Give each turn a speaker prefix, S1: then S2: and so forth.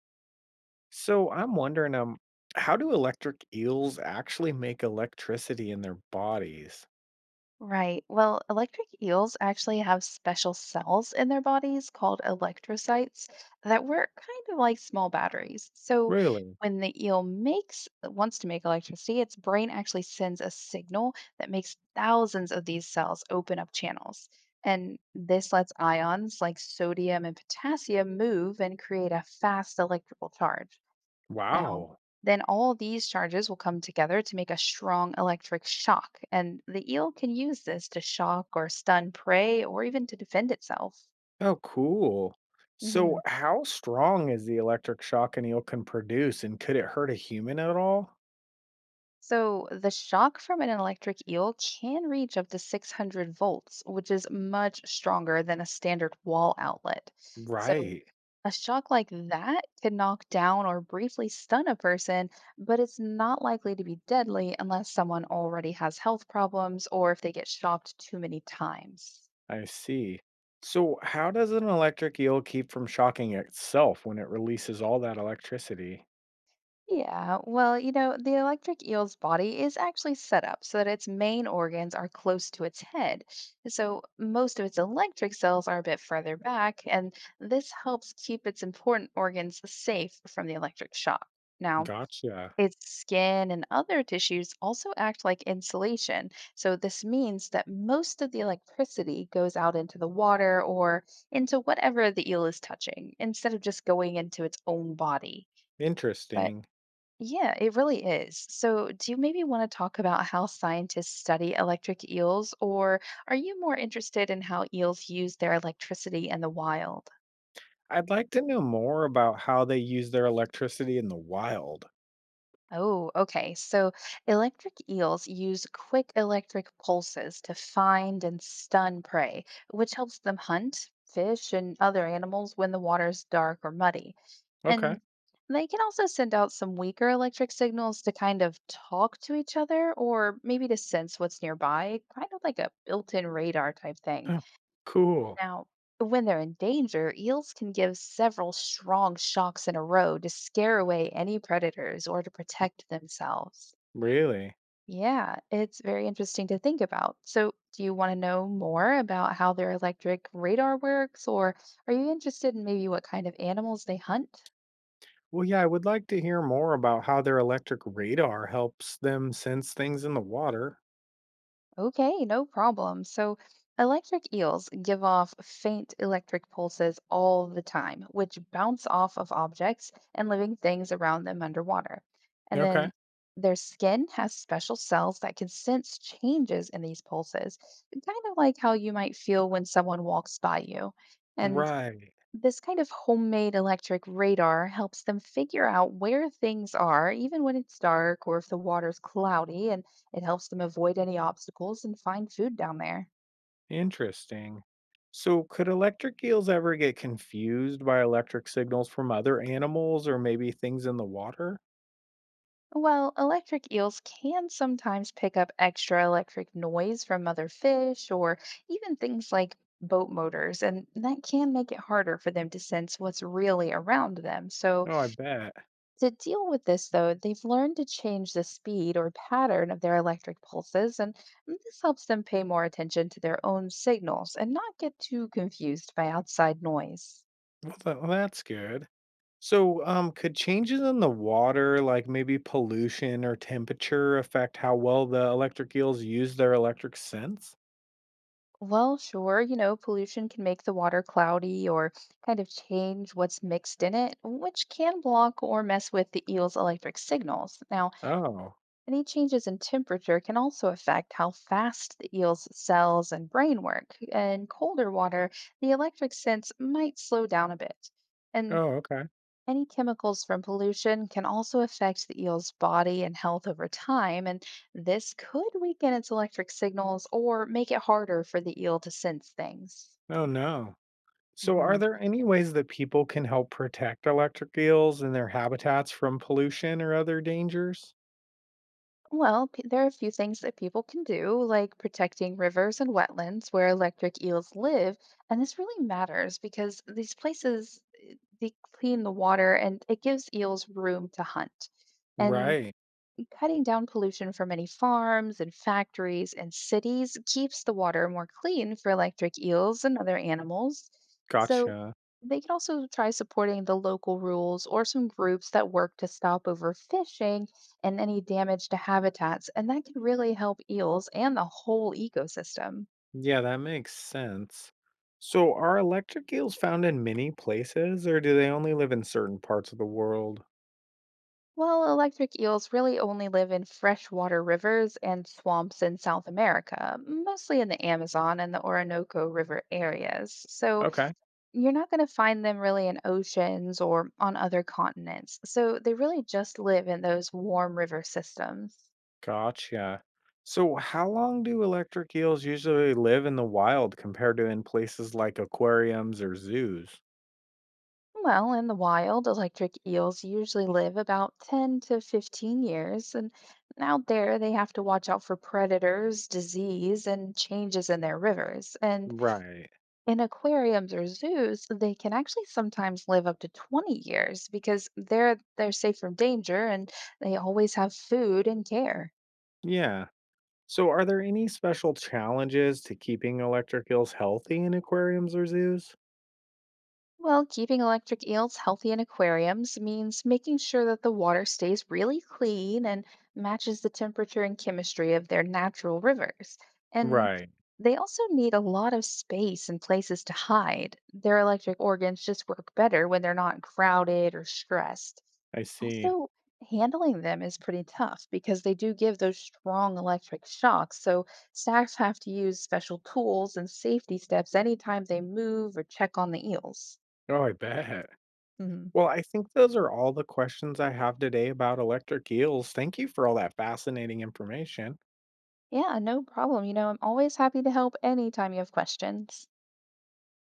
S1: So I'm wondering, how do electric eels actually make electricity in their bodies?
S2: Right. Well, electric eels actually have special cells in their bodies called electrocytes that work kind of like small batteries. So
S1: Really?
S2: when the eel makes wants to make electricity, its brain actually sends a signal that makes thousands of these cells open up channels. And this lets ions like sodium and potassium move and create a fast electrical charge. Now,
S1: Wow.
S2: then all these charges will come together to make a strong electric shock, and the eel can use this to shock or stun prey or even to defend itself.
S1: Oh, cool. So
S2: hmm
S1: how strong is the electric shock an eel can produce, and could it hurt a human at all?
S2: So, the shock from an electric eel can reach up to 600 volts, which is much stronger than a standard wall outlet. So,
S1: Right.
S2: a shock like that could knock down or briefly stun a person, but it's not likely to be deadly unless someone already has health problems or if they get shocked too many times.
S1: I see. So how does an electric eel keep from shocking itself when it releases all that electricity?
S2: Yeah, well, the electric eel's body is actually set up so that its main organs are close to its head. So most of its electric cells are a bit further back, and this helps keep its important organs safe from the electric shock. Now,
S1: Gotcha.
S2: its skin and other tissues also act like insulation. So, this means that most of the electricity goes out into the water or into whatever the eel is touching instead of just going into its own body. But
S1: Interesting.
S2: yeah, it really is. So, do you maybe want to talk about how scientists study electric eels, or are you more interested in how eels use their electricity in the wild?
S1: I'd like to know more about how they use their electricity in the wild.
S2: Oh, okay. So electric eels use quick electric pulses to find and stun prey, which helps them hunt fish and other animals when the water's dark or muddy.
S1: Okay.
S2: And they can also send out some weaker electric signals to kind of talk to each other or maybe to sense what's nearby, kind of like a built-in radar type thing.
S1: Oh, cool.
S2: Now, when they're in danger, eels can give several strong shocks in a row to scare away any predators or to protect themselves.
S1: Really?
S2: Yeah, it's very interesting to think about. So, do you want to know more about how their electric radar works, or are you interested in maybe what kind of animals they hunt?
S1: Well, yeah, I would like to hear more about how their electric radar helps them sense things in the water.
S2: Okay, no problem. So, electric eels give off faint electric pulses all the time, which bounce off of objects and living things around them underwater. And then
S1: Okay.
S2: their skin has special cells that can sense changes in these pulses, kind of like how you might feel when someone walks by you. And
S1: Right.
S2: this kind of homemade electric radar helps them figure out where things are, even when it's dark or if the water's cloudy, and it helps them avoid any obstacles and find food down there.
S1: Interesting. So, could electric eels ever get confused by electric signals from other animals or maybe things in the water?
S2: Well, electric eels can sometimes pick up extra electric noise from other fish or even things like boat motors, and that can make it harder for them to sense what's really around them. So,
S1: Oh, I bet.
S2: to deal with this, though, they've learned to change the speed or pattern of their electric pulses, and this helps them pay more attention to their own signals and not get too confused by outside noise.
S1: Well, that's good. So, could changes in the water, like maybe pollution or temperature, affect how well the electric eels use their electric sense?
S2: Well, sure, pollution can make the water cloudy or kind of change what's mixed in it, which can block or mess with the eel's electric signals. Now,
S1: Oh.
S2: any changes in temperature can also affect how fast the eel's cells and brain work. In colder water, the electric sense might slow down a bit. And
S1: Oh, okay.
S2: any chemicals from pollution can also affect the eel's body and health over time, and this could weaken its electric signals or make it harder for the eel to sense things.
S1: Oh, no. So, are
S2: Mhm.
S1: there any ways that people can help protect electric eels and their habitats from pollution or other dangers?
S2: Well, there are a few things that people can do, like protecting rivers and wetlands where electric eels live. And this really matters because these places, they clean the water and it gives eels room to hunt. And
S1: Right.
S2: cutting down pollution from many farms and factories and cities keeps the water more clean for electric eels and other animals. So
S1: Gotcha.
S2: they can also try supporting the local rules or some groups that work to stop overfishing and any damage to habitats. And that can really help eels and the whole ecosystem.
S1: Yeah, that makes sense. So, are electric eels found in many places or do they only live in certain parts of the world?
S2: Well, electric eels really only live in freshwater rivers and swamps in South America, mostly in the Amazon and the Orinoco River areas. So
S1: Okay.
S2: you're not going to find them really in oceans or on other continents, so they really just live in those warm river systems.
S1: Gotcha. So, how long do electric eels usually live in the wild compared to in places like aquariums or zoos?
S2: Well, in the wild, electric eels usually live about 10 to 15 years, and out there they have to watch out for predators, disease, and changes in their rivers. And
S1: Right.
S2: in aquariums or zoos, they can actually sometimes live up to 20 years because they're safe from danger and they always have food and care.
S1: Yeah. So, are there any special challenges to keeping electric eels healthy in aquariums or zoos?
S2: Well, keeping electric eels healthy in aquariums means making sure that the water stays really clean and matches the temperature and chemistry of their natural rivers. And
S1: Right.
S2: they also need a lot of space and places to hide. Their electric organs just work better when they're not crowded or stressed.
S1: I see.
S2: Also, handling them is pretty tough because they do give those strong electric shocks, so staff have to use special tools and safety steps anytime they move or check on the eels.
S1: Oh, I bet.
S2: Mhm.
S1: Well, I think those are all the questions I have today about electric eels. Thank you for all that fascinating information.
S2: Yeah, no problem. You know, I'm always happy to help anytime you have questions.